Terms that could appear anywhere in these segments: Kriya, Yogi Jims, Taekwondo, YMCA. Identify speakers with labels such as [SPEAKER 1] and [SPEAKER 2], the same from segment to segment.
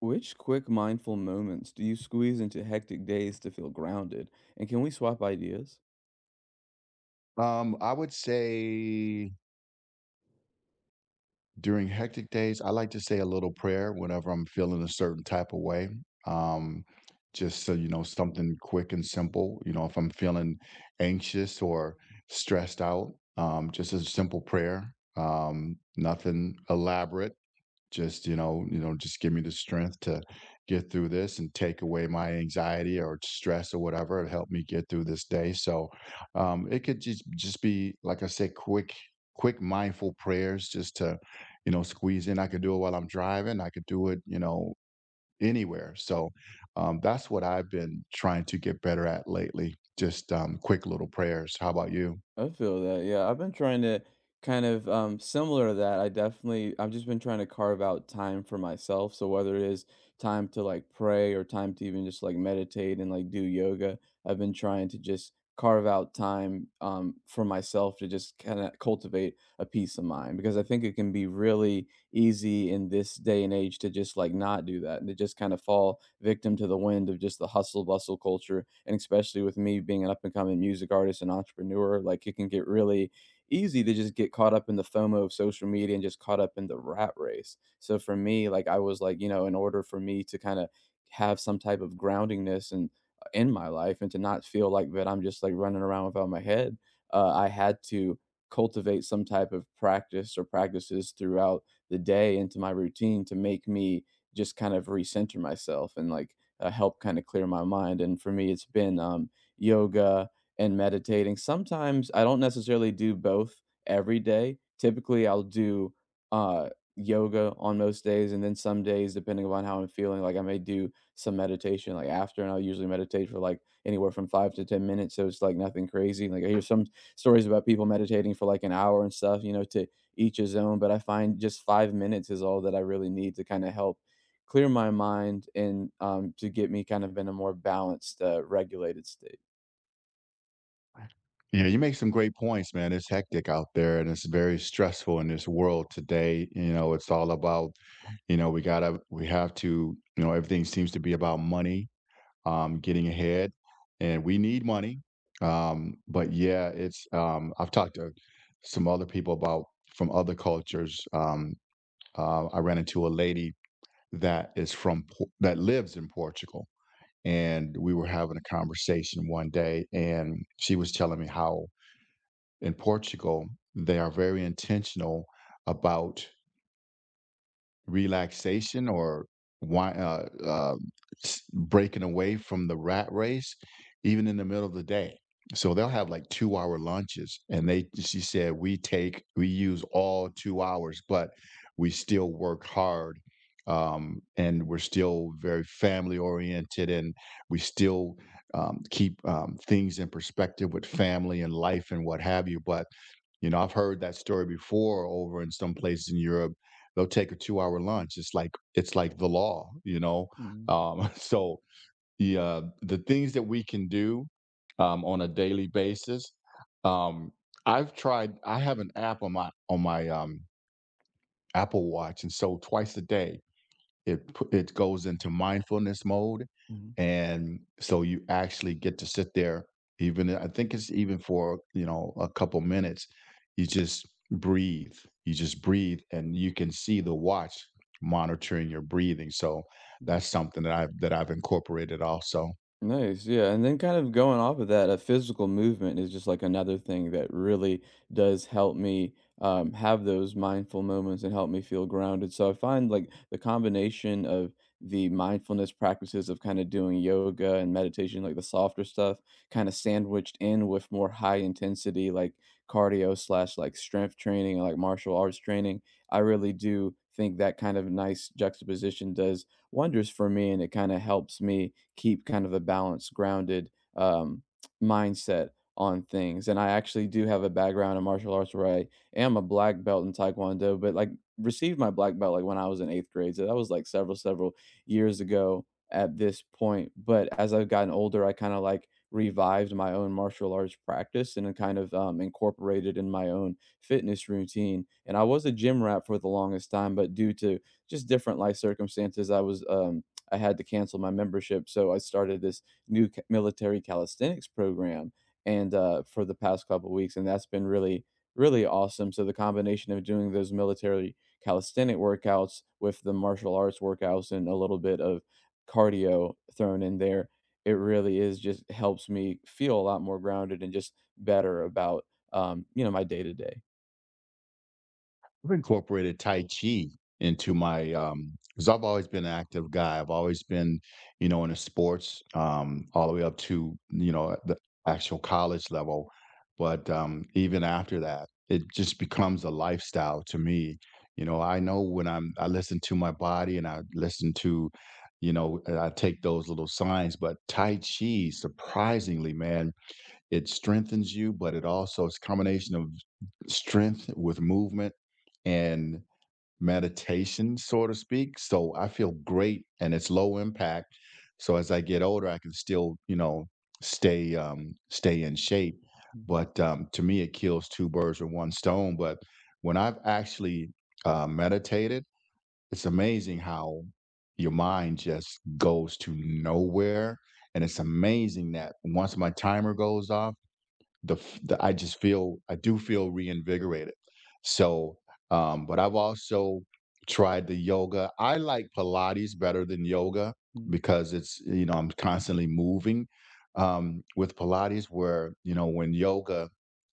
[SPEAKER 1] Which quick mindful moments do you squeeze into hectic days to feel grounded? And can we swap ideas?
[SPEAKER 2] I would say during hectic days, I like to say a little prayer whenever I'm feeling a certain type of way. Um, just so you know, something quick and simple. You know, if I'm feeling anxious or stressed out, just a simple prayer. Nothing elaborate, just just give me the strength to get through this and take away my anxiety or stress or whatever and help me get through this day. So it could just be, like I said, quick mindful prayers just to squeeze in. I could do it while I'm driving, I could do it, anywhere. So that's what I've been trying to get better at lately, just quick little prayers. How about you?
[SPEAKER 1] I feel that. Yeah, I've been trying to kind of similar to that. I've just been trying to carve out time for myself. So whether it is time to like pray or time to even just like meditate and like do yoga, I've been trying to just carve out time for myself to just kind of cultivate a peace of mind because I think it can be really easy in this day and age to just like not do that and to just kind of fall victim to the wind of just the hustle bustle culture. And especially with me being an up and coming music artist and entrepreneur, like it can get really easy to just get caught up in the FOMO of social media and just caught up in the rat race. So for me, like I was like, you know, in order for me to kind of have some type of groundingness and in my life and to not feel like that I'm just like running around without my head, I had to cultivate some type of practice or practices throughout the day into my routine to make me just kind of recenter myself and like help kind of clear my mind. And for me, it's been yoga and meditating. Sometimes I don't necessarily do both every day. Typically, I'll do uh, yoga on most days, and then some days, depending upon how I'm feeling, like I may do some meditation like after, and I'll usually meditate for like anywhere from 5 to 10 minutes. So it's like nothing crazy. Like I hear some stories about people meditating for like an hour and stuff, you know, to each his own, but I find just 5 minutes is all that I really need to kinda help clear my mind and, to get me kind of in a more balanced, regulated state.
[SPEAKER 2] Yeah, you make some great points, man. It's hectic out there and it's very stressful in this world today. You know, it's all about, you know, we gotta we have to, you know, everything seems to be about money, getting ahead. And we need money. But yeah, it's I've talked to some other people about, from other cultures. I ran into a lady that is that lives in Portugal. And we were having a conversation one day, and she was telling me how in Portugal, they are very intentional about relaxation, or why, uh, uh, breaking away from the rat race, even in the middle of the day. So they'll have like 2-hour lunches. And she said, we use all 2 hours, but we still work hard. And we're still very family oriented and we still keep, things in perspective with family and life and what have you. But you know, I've heard that story before over in some places in Europe. They'll take a two-hour lunch. It's like the law, you know.
[SPEAKER 1] Mhm,
[SPEAKER 2] So the things that we can do on a daily basis. Um, I've tried. I have an app on my Apple Watch, and so twice a day, it goes into mindfulness mode,
[SPEAKER 1] mhm,
[SPEAKER 2] and so you actually get to sit there. Even, I think it's even for, you know, a couple minutes. You just breathe. You just breathe, and you can see the watch monitoring your breathing. So
[SPEAKER 1] mhm.
[SPEAKER 2] that's something that I've incorporated also.
[SPEAKER 1] Nice, yeah, and then kind of going off of that, a physical movement is just like another thing that really does help me have those mindful moments and help me feel grounded. So I find like the combination of the mindfulness practices of kind of doing yoga and meditation, like the softer stuff, kind of sandwiched in with more high intensity, like cardio slash like strength training and like martial arts training. I really do think that kind of nice juxtaposition does wonders for me, and it kind of helps me keep kind of a balanced, grounded, mindset on things. And I actually do have a background in martial arts where I am a black belt in Taekwondo, but like received my black belt like when I was in eighth grade. So that was like several, several years ago at this point. But as I've gotten older, I kind of like revived my own martial arts practice and then kind of incorporated in my own fitness routine. And I was a gym rat for the longest time, but due to just different life circumstances, I had to cancel my membership. So I started this new military calisthenics program, and for the past couple weeks, and that's been really, really awesome. So the combination of doing those military calisthenic workouts with the martial arts workouts and a little bit of cardio thrown in there, it really is just helps me feel a lot more grounded and just better about my day to day.
[SPEAKER 2] I've incorporated Tai Chi into my because I've always been an active guy. I've always been, you know, in the sports, all the way up to, you know, the actual college level. But even after that, it just becomes a lifestyle to me. You know, I know when I'm I listen to my body and I listen to, you know, and I take those little signs. But Tai Chi, surprisingly, man, it strengthens you, but it also is a combination of strength with movement and meditation, so to speak. So I feel great and it's low impact. So as I get older, I can still, you know, stay stay in shape. But to me it kills two birds with one stone. But when I've actually meditated, it's amazing how your mind just goes to nowhere. And it's amazing that once my timer goes off, the, f- the I just feel I do feel reinvigorated. So, but I've also tried the yoga. I like Pilates better than yoga because it's, you know, I'm constantly moving, with Pilates. Where, you know, when yoga,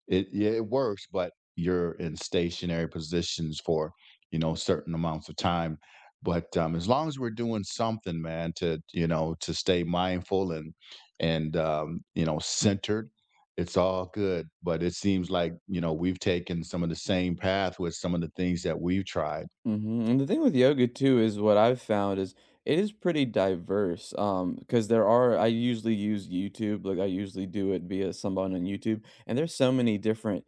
[SPEAKER 2] it yeah, it works, but you're in stationary positions for, you know, certain amounts of time. But as long as we're doing something, man, to, you know, to stay mindful and you know, centered, it's all good. But it seems like, you know, we've taken some of the same path with some of the things that we've tried.
[SPEAKER 1] Mhm, and the thing with yoga too is what I've found is it is pretty diverse, because there are I usually use YouTube, like I usually do it via someone on YouTube, and there's so many different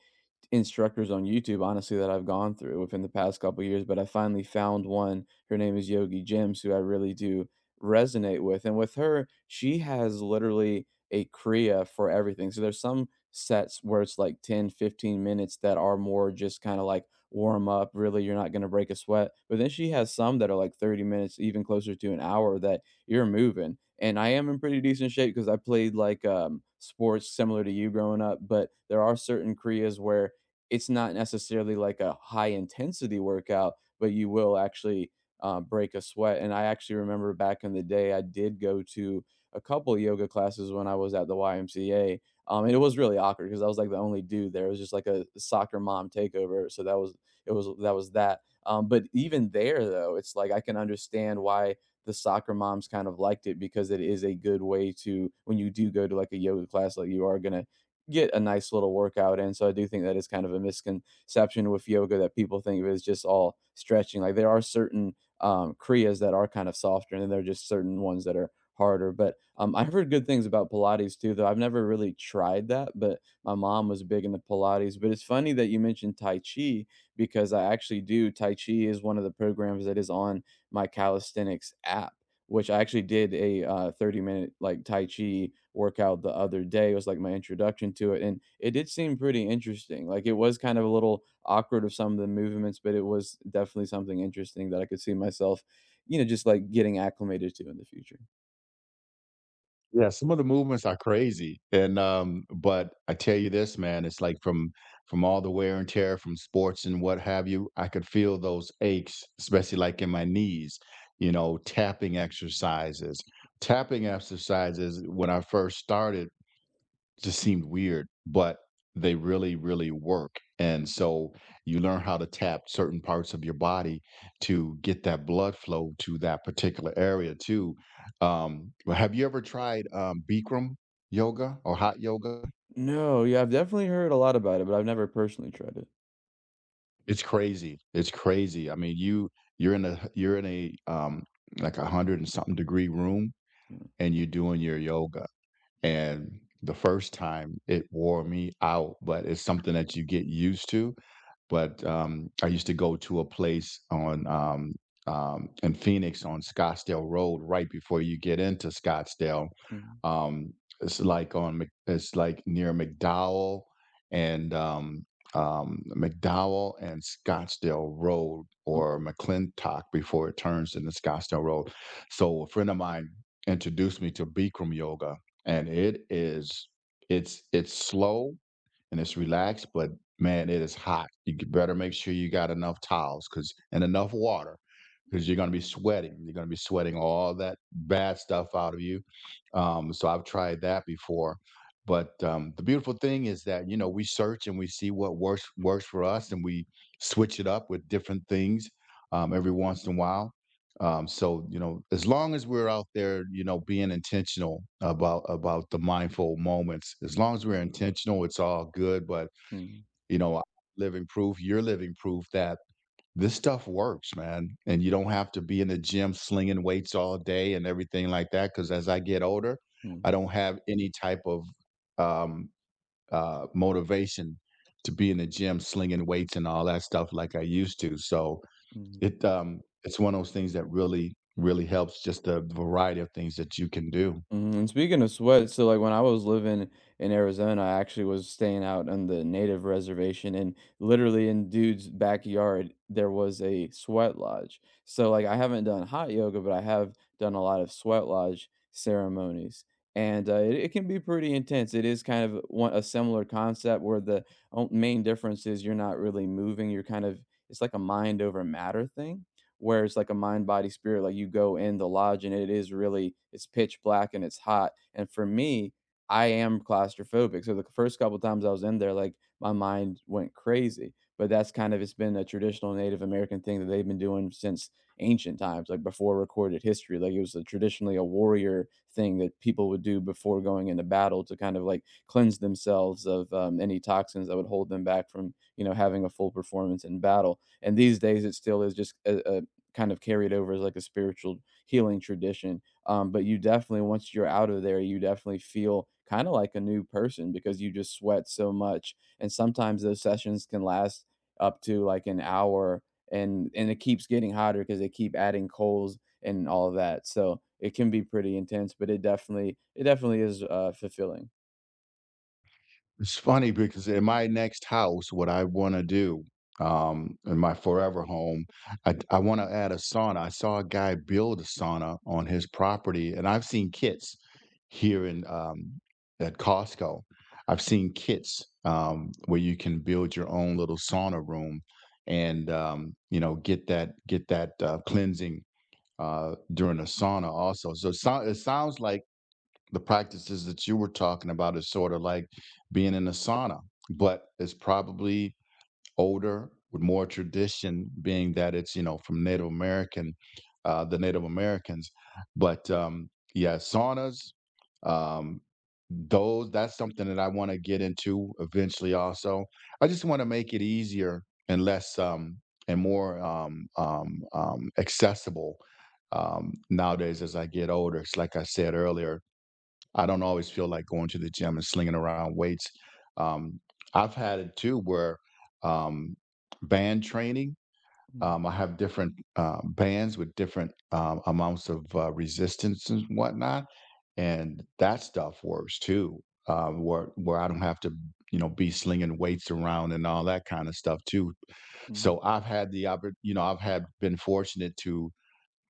[SPEAKER 1] instructors on YouTube, honestly, that I've gone through within the past couple years, but I finally found one. Her name is Yogi Jims, who I really do resonate with. And with her, she has literally a Kriya for everything. So there's some sets where it's like 10, 15 minutes that are more just kind of like warm up. Really, you're not going to break a sweat. But then she has some that are like 30 minutes, even closer to an hour that you're moving. And I am in pretty decent shape because I played like sports similar to you growing up. But there are certain Kriyas where it's not necessarily like a high intensity workout, but you will actually break a sweat. And I actually remember back in the day, I did go to a couple yoga classes when I was at the YMCA. And it was really awkward because I was like the only dude there. It was just like a soccer mom takeover. So that was, it was, that was that. But even there though, it's like I can understand why the soccer moms kind of liked it because it is a good way to when you do go to like a yoga class, like you are gonna get a nice little workout in, so I do think that is kind of a misconception with yoga that people think of it as just all stretching, like, there are certain, kriyas that are kind of softer, and then there are just certain ones that are harder, but, I've heard good things about Pilates too, though I've never really tried that, but my mom was big into Pilates, but it's funny that you mentioned Tai Chi because I actually do Tai Chi is one of the programs that is on my calisthenics app which I actually did a, 30-minute, like, tai chi workout the other day. It was, like, my introduction to it, and it did seem pretty interesting. Like, it was kind of a little awkward of some of the movements, but it was definitely something interesting that I could see myself, you know, just, like, getting acclimated to in the future.
[SPEAKER 2] Yeah, some of the movements are crazy, and, but I tell you this, man, it's like from all the wear and tear from sports and what have you, I could feel those aches, especially like in my knees, you know, tapping exercises. Tapping exercises, when I first started, just seemed weird, but they really, really work. And so you learn how to tap certain parts of your body to get that blood flow to that particular area too. Well, have you ever tried Bikram yoga or hot yoga?
[SPEAKER 1] No, yeah, I've definitely heard a lot about it, but I've never personally tried it.
[SPEAKER 2] It's crazy. It's crazy. I mean, you're in a like a hundred and something degree room,
[SPEAKER 1] Mm,
[SPEAKER 2] and you're doing your yoga. And the first time it wore me out, but it's something that you get used to. But, I used to go to a place on, in Phoenix on Scottsdale Road right before you get into Scottsdale.
[SPEAKER 1] mhm,
[SPEAKER 2] Um, it's like on Mc it's like near McDowell and, McDowell and Scottsdale Road or
[SPEAKER 1] okay,
[SPEAKER 2] McClintock before it turns into Scottsdale Road. So a friend of mine introduced me to Bikram yoga, and it's slow and it's relaxed, but man, it is hot. Better make sure you got enough towels, because, and enough water, because you're going to be sweating. You're going to be sweating all that bad stuff out of you. So I've tried that before. But the beautiful thing is that, you know, we search and we see what works for us, and we switch it up with different things, every once in a while, so you know, as long as we're out there, you know, being intentional about the mindful moments, as long as we're intentional, it's all good. But
[SPEAKER 1] mhm,
[SPEAKER 2] you know, living proof, you're living proof that this stuff works, man. And you don't have to be in the gym slinging weights all day and everything like that. Because as I get older,
[SPEAKER 1] mm,
[SPEAKER 2] I don't have any type of um, motivation to be in the gym slinging weights and all that stuff like I used to. So
[SPEAKER 1] mhm.
[SPEAKER 2] it's one of those things that really, really helps, just the variety of things that you can do.
[SPEAKER 1] Mhm, and speaking of sweat, so, like, when I was living in Arizona, I actually was staying out on the native reservation, and literally in dude's backyard, there was a sweat lodge. So, like, I haven't done hot yoga, but I have done a lot of sweat lodge ceremonies, and, it can be pretty intense. It is kind of one a similar concept where the on main difference is you're not really moving, you're kind of it's like a mind over matter thing where it's like a mind body spirit like you go in the lodge and it is really it's pitch black and it's hot, and for me I am claustrophobic, so the first couple times I was in there like my mind went crazy, but that's kind of it's been a traditional Native American thing that they've been doing since ancient times, like before recorded history. Like it was traditionally a warrior thing that people would do before going into battle to kind of like cleanse themselves of any toxins that would hold them back from you know having a full performance in battle, and these days it still is just a kind of carried over as like a spiritual healing tradition. But you definitely, once you're out of there, you definitely feel kind of like a new person because you just sweat so much. And sometimes those sessions can last up to like an hour, and it keeps getting hotter because they keep adding coals and all of that. So it can be pretty intense, but it definitely is fulfilling.
[SPEAKER 2] It's funny because in my next house, what I wanna do, in my forever home, I wanna add a sauna. I saw a guy build a sauna on his property, and I've seen kits here in, at Costco. I've seen kits, where you can build your own little sauna room and, you know, get that, cleansing during a sauna also. So it sounds like the practices that you were talking about is sort of like being in a sauna, but it's probably older with more tradition, being that it's, you know, from Native American, the Native Americans. But yeah, saunas, um those, that's something that I want to get into eventually also. I just want to make it easier and less and more accessible nowadays. As I get older, it's like I said earlier, I don't always feel like going to the gym and slinging around weights. Um, I've had it too where um, band training,
[SPEAKER 1] Mhm.
[SPEAKER 2] I have different bands with different amounts of resistance and whatnot, and that stuff works too. Where I don't have to, you know, be slinging weights around and all that kind of stuff too.
[SPEAKER 1] Mhm.
[SPEAKER 2] So I've had the oppor- you know, I've had been fortunate to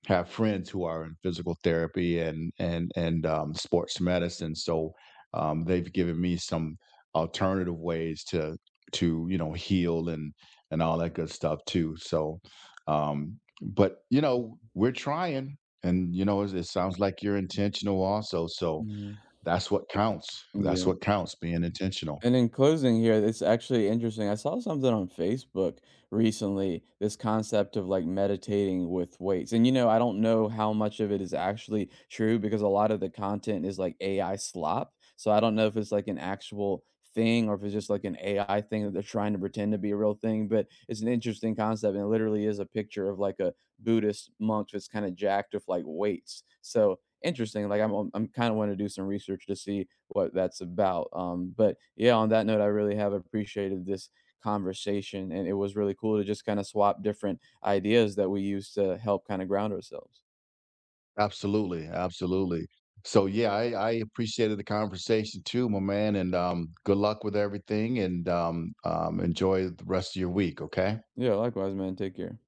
[SPEAKER 2] have friends who are in physical therapy and sports medicine, so they've given me some alternative ways to you know, heal and all that good stuff too. So, but you know we're trying, and you know it sounds like you're intentional also. So
[SPEAKER 1] Mhm.
[SPEAKER 2] that's what counts. That's
[SPEAKER 1] Yeah.
[SPEAKER 2] what counts. Being intentional.
[SPEAKER 1] And in closing here, it's actually interesting. I saw something on Facebook recently, this concept of like meditating with weights. And you know, I don't know how much of it is actually true because a lot of the content is like AI slop. So I don't know if it's like an actual thing or if it's just like an AI thing that they're trying to pretend to be a real thing, but it's an interesting concept and it literally is a picture of like a Buddhist monk that's kind of jacked with like weights. So interesting. I'm kind of want to do some research to see what that's about. But yeah, on that note, I really have appreciated this conversation, and it was really cool to just kind of swap different ideas that we use to help kind of ground ourselves.
[SPEAKER 2] Absolutely, absolutely. So yeah, I appreciated the conversation too, my man, and, good luck with everything and, enjoy the rest of your week, okay?
[SPEAKER 1] Yeah, likewise, man. Take care.